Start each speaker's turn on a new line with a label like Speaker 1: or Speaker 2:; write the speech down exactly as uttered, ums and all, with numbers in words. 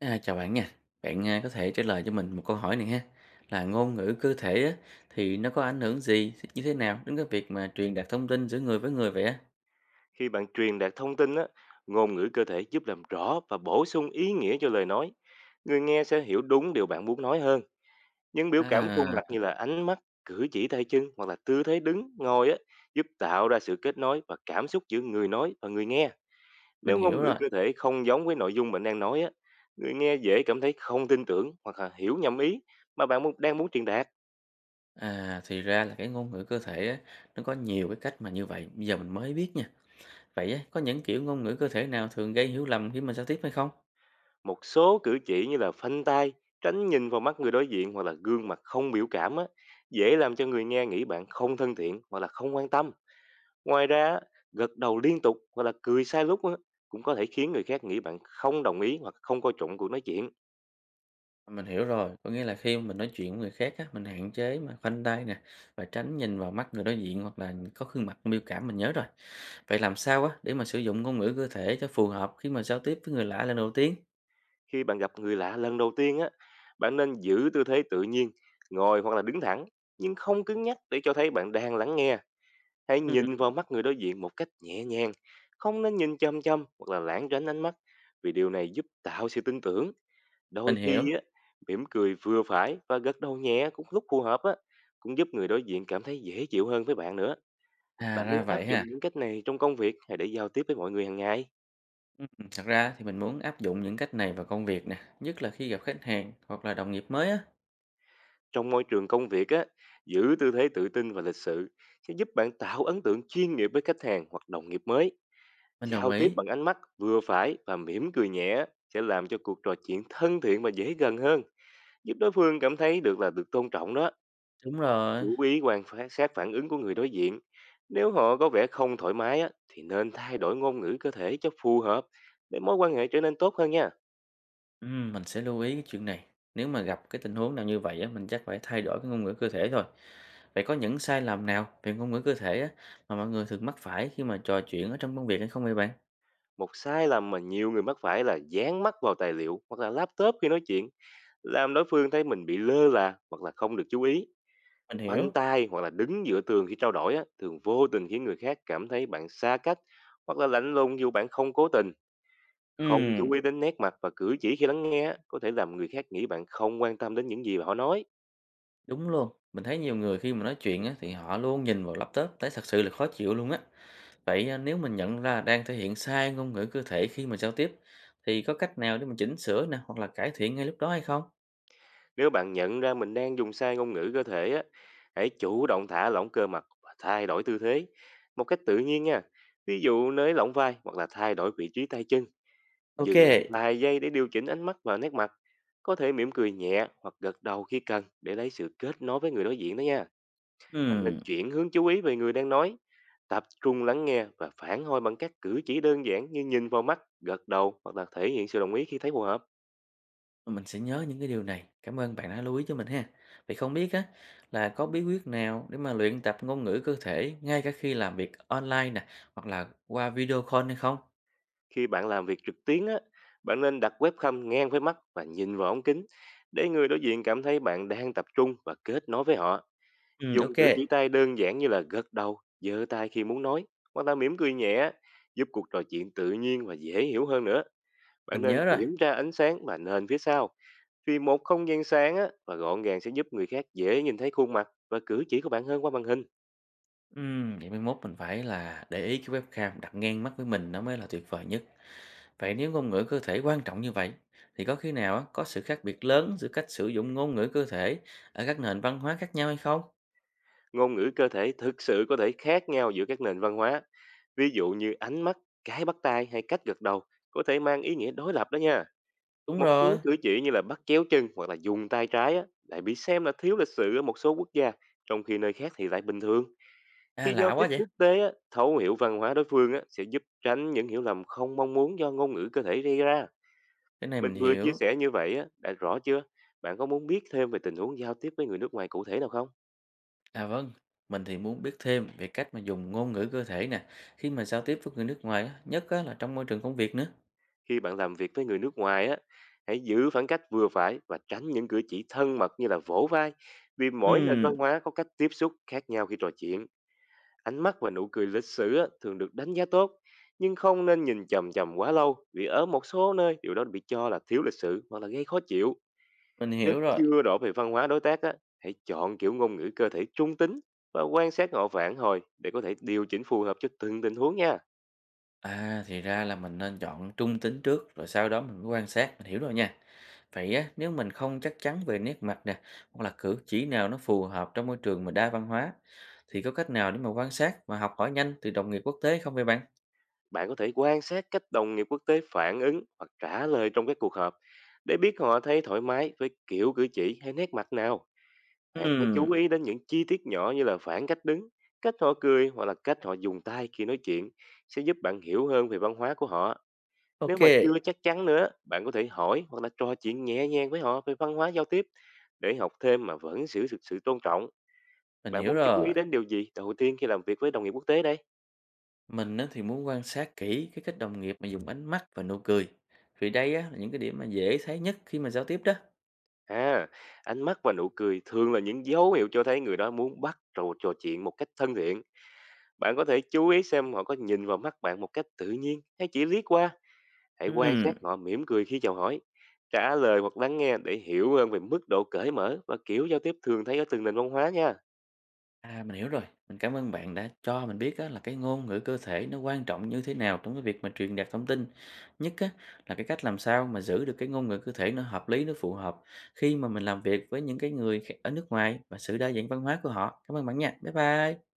Speaker 1: À, chào bạn nha. Bạn, a, có thể trả lời cho mình một câu hỏi này ha, là ngôn ngữ cơ thể á, thì nó có ảnh hưởng gì, như thế nào đến cái việc mà truyền đạt thông tin giữa người với người vậy á?
Speaker 2: Khi bạn truyền đạt thông tin á, ngôn ngữ cơ thể giúp làm rõ và bổ sung ý nghĩa cho lời nói. Người nghe sẽ hiểu đúng điều bạn muốn nói hơn. Những biểu cảm khuôn
Speaker 1: À,
Speaker 2: mặt như là ánh mắt, cử chỉ tay chân hoặc là tư thế đứng, ngồi á, giúp tạo ra sự kết nối và cảm xúc giữa người nói và người nghe.
Speaker 1: mình
Speaker 2: Nếu ngôn
Speaker 1: hiểu
Speaker 2: ngữ
Speaker 1: rồi.
Speaker 2: cơ thể không giống với nội dung bạn đang nói á, người nghe dễ cảm thấy không tin tưởng hoặc là hiểu nhầm ý mà bạn muốn- đang muốn truyền đạt.
Speaker 1: À, thì ra là cái ngôn ngữ cơ thể á, nó có nhiều cái cách mà như vậy, bây giờ mình mới biết nha. Vậy á, có những kiểu ngôn ngữ cơ thể nào thường gây hiểu lầm khi mình giao tiếp hay không?
Speaker 2: Một số cử chỉ như là phanh tay, tránh nhìn vào mắt người đối diện hoặc là gương mặt không biểu cảm á, dễ làm cho người nghe nghĩ bạn không thân thiện hoặc là không quan tâm. Ngoài ra á, gật đầu liên tục hoặc là cười sai lúc á, cũng có thể khiến người khác nghĩ bạn không đồng ý hoặc không coi trọng cuộc nói chuyện.
Speaker 1: À, mình hiểu rồi, có nghĩa là khi mà mình nói chuyện với người khác á, mình hạn chế mà khoanh tay nè, và tránh nhìn vào mắt người đối diện hoặc là có gương mặt biểu cảm, mình nhớ rồi. Vậy làm sao á để mà sử dụng ngôn ngữ cơ thể cho phù hợp khi mà giao tiếp với người lạ lần đầu tiên?
Speaker 2: Khi bạn gặp người lạ lần đầu tiên á, bạn nên giữ tư thế tự nhiên, ngồi hoặc là đứng thẳng nhưng không cứng nhắc, để cho thấy bạn đang lắng nghe. Hãy nhìn
Speaker 1: Ừm,
Speaker 2: vào mắt người đối diện một cách nhẹ nhàng, không nên nhìn chăm chăm hoặc là lãng tránh ánh mắt, vì điều này giúp tạo sự tin tưởng. Đôi
Speaker 1: Mình hiểu.
Speaker 2: khi á, mỉm cười vừa phải và gật đầu nhẹ cũng lúc phù hợp á, cũng giúp người đối diện cảm thấy dễ chịu hơn với bạn nữa.
Speaker 1: À
Speaker 2: Bạn
Speaker 1: ra
Speaker 2: muốn áp
Speaker 1: vậy
Speaker 2: dụng
Speaker 1: ha.
Speaker 2: những cách này trong công việc hay để giao tiếp với mọi người hàng ngày?
Speaker 1: ừm, Ừ, thật ra thì mình muốn áp dụng những cách này vào công việc nè, nhất là khi gặp khách hàng hoặc là đồng nghiệp mới á.
Speaker 2: Trong môi trường công việc á, giữ tư thế tự tin và lịch sự sẽ giúp bạn tạo ấn tượng chuyên nghiệp với khách hàng hoặc đồng nghiệp mới.
Speaker 1: Mình đồng
Speaker 2: Giao tiếp
Speaker 1: ý.
Speaker 2: bằng ánh mắt vừa phải và mỉm cười nhẹ sẽ làm cho cuộc trò chuyện thân thiện và dễ gần hơn, giúp đối phương cảm thấy được là được tôn trọng đó.
Speaker 1: Đúng rồi.
Speaker 2: Chú ý quan phá- sát phản ứng của người đối diện. Nếu họ có vẻ không thoải mái á, thì nên thay đổi ngôn ngữ cơ thể cho phù hợp để mối quan hệ trở nên tốt hơn nha.
Speaker 1: Ừ, mình sẽ lưu ý cái chuyện này. Nếu mà gặp cái tình huống nào như vậy á, mình chắc phải thay đổi cái ngôn ngữ cơ thể thôi. Vậy có những sai lầm nào về ngôn ngữ cơ thể á, mà mọi người thường mắc phải khi mà trò chuyện ở trong công việc hay không vậy bạn?
Speaker 2: Một sai lầm mà nhiều người mắc phải là dán mắt vào tài liệu hoặc là laptop khi nói chuyện, làm đối phương thấy mình bị lơ là hoặc là không được chú ý.
Speaker 1: Mình
Speaker 2: Khoanh
Speaker 1: hiểu.
Speaker 2: tay hoặc là đứng giữa tường khi trao đổi á, thường vô tình khiến người khác cảm thấy bạn xa cách hoặc là lạnh lùng dù bạn không cố tình. Không
Speaker 1: Ừ.
Speaker 2: chú ý đến nét mặt và cử chỉ khi lắng nghe á, có thể làm người khác nghĩ bạn không quan tâm đến những gì mà họ nói.
Speaker 1: Đúng luôn, mình thấy nhiều người khi mà nói chuyện á, thì họ luôn nhìn vào laptop thấy thật sự là khó chịu luôn á. Vậy à, nếu mình nhận ra đang thể hiện sai ngôn ngữ cơ thể khi mà giao tiếp thì có cách nào để mình chỉnh sửa nè hoặc là cải thiện ngay lúc đó hay không?
Speaker 2: Nếu bạn nhận ra mình đang dùng sai ngôn ngữ cơ thể á, hãy chủ động thả lỏng cơ mặt và thay đổi tư thế một cách tự nhiên nha. Ví dụ, nới lỏng vai hoặc là thay đổi vị trí tay chân.
Speaker 1: Ok,
Speaker 2: Dừng lại vài giây để điều chỉnh ánh mắt và nét mặt. Có thể mỉm cười nhẹ hoặc gật đầu khi cần, để lấy sự kết nối với người đối diện đó nha. Bạn nên
Speaker 1: ừm,
Speaker 2: chuyển hướng chú ý về người đang nói, tập trung lắng nghe và phản hồi bằng các cử chỉ đơn giản như nhìn vào mắt, gật đầu hoặc là thể hiện sự đồng ý khi thấy phù hợp.
Speaker 1: mình sẽ nhớ những cái điều này. Cảm ơn bạn đã lưu ý cho mình ha. Vậy không biết á là có bí quyết nào để mà luyện tập ngôn ngữ cơ thể ngay cả khi làm việc online nè hoặc là qua video call hay không?
Speaker 2: Khi bạn làm việc trực tuyến á, bạn nên đặt webcam ngang với mắt và nhìn vào ống kính, để người đối diện cảm thấy bạn đang tập trung và kết nối với họ.
Speaker 1: Ừ,
Speaker 2: Dùng
Speaker 1: ok,
Speaker 2: cử chỉ tay đơn giản như là gật đầu, giơ tay khi muốn nói, hoặc là mỉm cười nhẹ, giúp cuộc trò chuyện tự nhiên và dễ hiểu hơn nữa. Bạn
Speaker 1: mình
Speaker 2: Ừ. nên
Speaker 1: nhớ rồi.
Speaker 2: kiểm tra ánh sáng và nền phía sau, vì một không gian sáng á, và gọn gàng sẽ giúp người khác dễ nhìn thấy khuôn mặt và cử chỉ của bạn hơn qua màn hình.
Speaker 1: Ừm, vậy mai mốt mình phải là để ý cái webcam đặt ngang mắt với mình nó mới là tuyệt vời nhất. Vậy nếu ngôn ngữ cơ thể quan trọng như vậy, thì có khi nào á, có sự khác biệt lớn giữa cách sử dụng ngôn ngữ cơ thể ở các nền văn hóa khác nhau hay không?
Speaker 2: Ngôn ngữ cơ thể thực sự có thể khác nhau giữa các nền văn hóa, ví dụ như ánh mắt, cái bắt tay hay cách gật đầu có thể mang ý nghĩa đối lập đó nha.
Speaker 1: Đúng
Speaker 2: Một
Speaker 1: rồi.
Speaker 2: số cử chỉ như là bắt chéo chân hoặc là dùng tay trái á, lại bị xem là thiếu lịch sự ở một số quốc gia, trong khi nơi khác thì lại bình thường.
Speaker 1: À
Speaker 2: Khi giao
Speaker 1: lạ
Speaker 2: tiếp
Speaker 1: quá vậy.
Speaker 2: quốc tế, á, thấu hiểu văn hóa đối phương á, sẽ giúp tránh những hiểu lầm không mong muốn do ngôn ngữ cơ thể gây ra.
Speaker 1: Cái này
Speaker 2: Mình
Speaker 1: mình
Speaker 2: vừa chia
Speaker 1: hiểu.
Speaker 2: sẻ như vậy á, đã rõ chưa? Bạn có muốn biết thêm về tình huống giao tiếp với người nước ngoài cụ thể nào không?
Speaker 1: À vâng, mình thì muốn biết thêm về cách mà dùng ngôn ngữ cơ thể nè, khi mà giao tiếp với người nước ngoài, á, nhất á, là trong môi trường công việc nữa.
Speaker 2: Khi bạn làm việc với người nước ngoài á, hãy giữ khoảng cách vừa phải và tránh những cử chỉ thân mật như là vỗ vai, vì mỗi nền
Speaker 1: Ừm,
Speaker 2: văn hóa có cách tiếp xúc khác nhau khi trò chuyện. Ánh mắt và nụ cười lịch sử á, thường được đánh giá tốt, nhưng không nên nhìn chằm chằm quá lâu, vì ở một số nơi điều đó bị cho là thiếu lịch sự hoặc là gây khó chịu.
Speaker 1: mình
Speaker 2: Nếu
Speaker 1: hiểu rồi.
Speaker 2: chưa rõ về văn hóa đối tác, á, hãy chọn kiểu ngôn ngữ cơ thể trung tính và quan sát họ phản hồi để có thể điều chỉnh phù hợp cho từng tình huống nha.
Speaker 1: À, thì ra là mình nên chọn trung tính trước rồi sau đó mình mới quan sát, mình hiểu rồi nha. Vậy á, nếu mình không chắc chắn về nét mặt nè, hoặc là cử chỉ nào nó phù hợp trong môi trường mà đa văn hóa, thì có cách nào để mà quan sát và học hỏi nhanh từ đồng nghiệp quốc tế không vậy bạn?
Speaker 2: Bạn có thể quan sát cách đồng nghiệp quốc tế phản ứng hoặc trả lời trong các cuộc họp, để biết họ thấy thoải mái với kiểu cử chỉ hay nét mặt nào. Bạn hãy chú
Speaker 1: Ừm,
Speaker 2: ý đến những chi tiết nhỏ như là phản cách đứng, cách họ cười hoặc là cách họ dùng tay khi nói chuyện, sẽ giúp bạn hiểu hơn về văn hóa của họ. Nếu
Speaker 1: ok,
Speaker 2: mà chưa chắc chắn nữa, bạn có thể hỏi hoặc là trò chuyện nhẹ nhàng với họ về văn hóa giao tiếp, để học thêm mà vẫn giữ được sự tôn trọng.
Speaker 1: mình
Speaker 2: Bạn
Speaker 1: hiểu
Speaker 2: muốn chú ý
Speaker 1: rồi.
Speaker 2: đến điều gì đầu tiên khi làm việc với đồng nghiệp quốc tế đây?
Speaker 1: Mình á, thì muốn quan sát kỹ cái cách đồng nghiệp mà dùng ánh mắt và nụ cười. Vì đây á, là những cái điểm mà dễ thấy nhất khi mà giao tiếp đó.
Speaker 2: À, ánh mắt và nụ cười thường là những dấu hiệu cho thấy người đó muốn bắt đầu trò chuyện một cách thân thiện. Bạn có thể chú ý xem họ có nhìn vào mắt bạn một cách tự nhiên hay chỉ liếc qua. Hãy quan
Speaker 1: Ừm,
Speaker 2: sát họ mỉm cười khi chào hỏi, trả lời hoặc lắng nghe, để hiểu hơn về mức độ cởi mở và kiểu giao tiếp thường thấy ở từng nền văn hóa nha.
Speaker 1: À, mình hiểu rồi. Mình cảm ơn bạn đã cho mình biết á, là cái ngôn ngữ cơ thể nó quan trọng như thế nào trong cái việc mà truyền đạt thông tin. Nhất á, là cái cách làm sao mà giữ được cái ngôn ngữ cơ thể nó hợp lý, nó phù hợp khi mà mình làm việc với những cái người khác- ở nước ngoài và sự đa dạng văn hóa của họ. Cảm ơn bạn nha. Bye bye.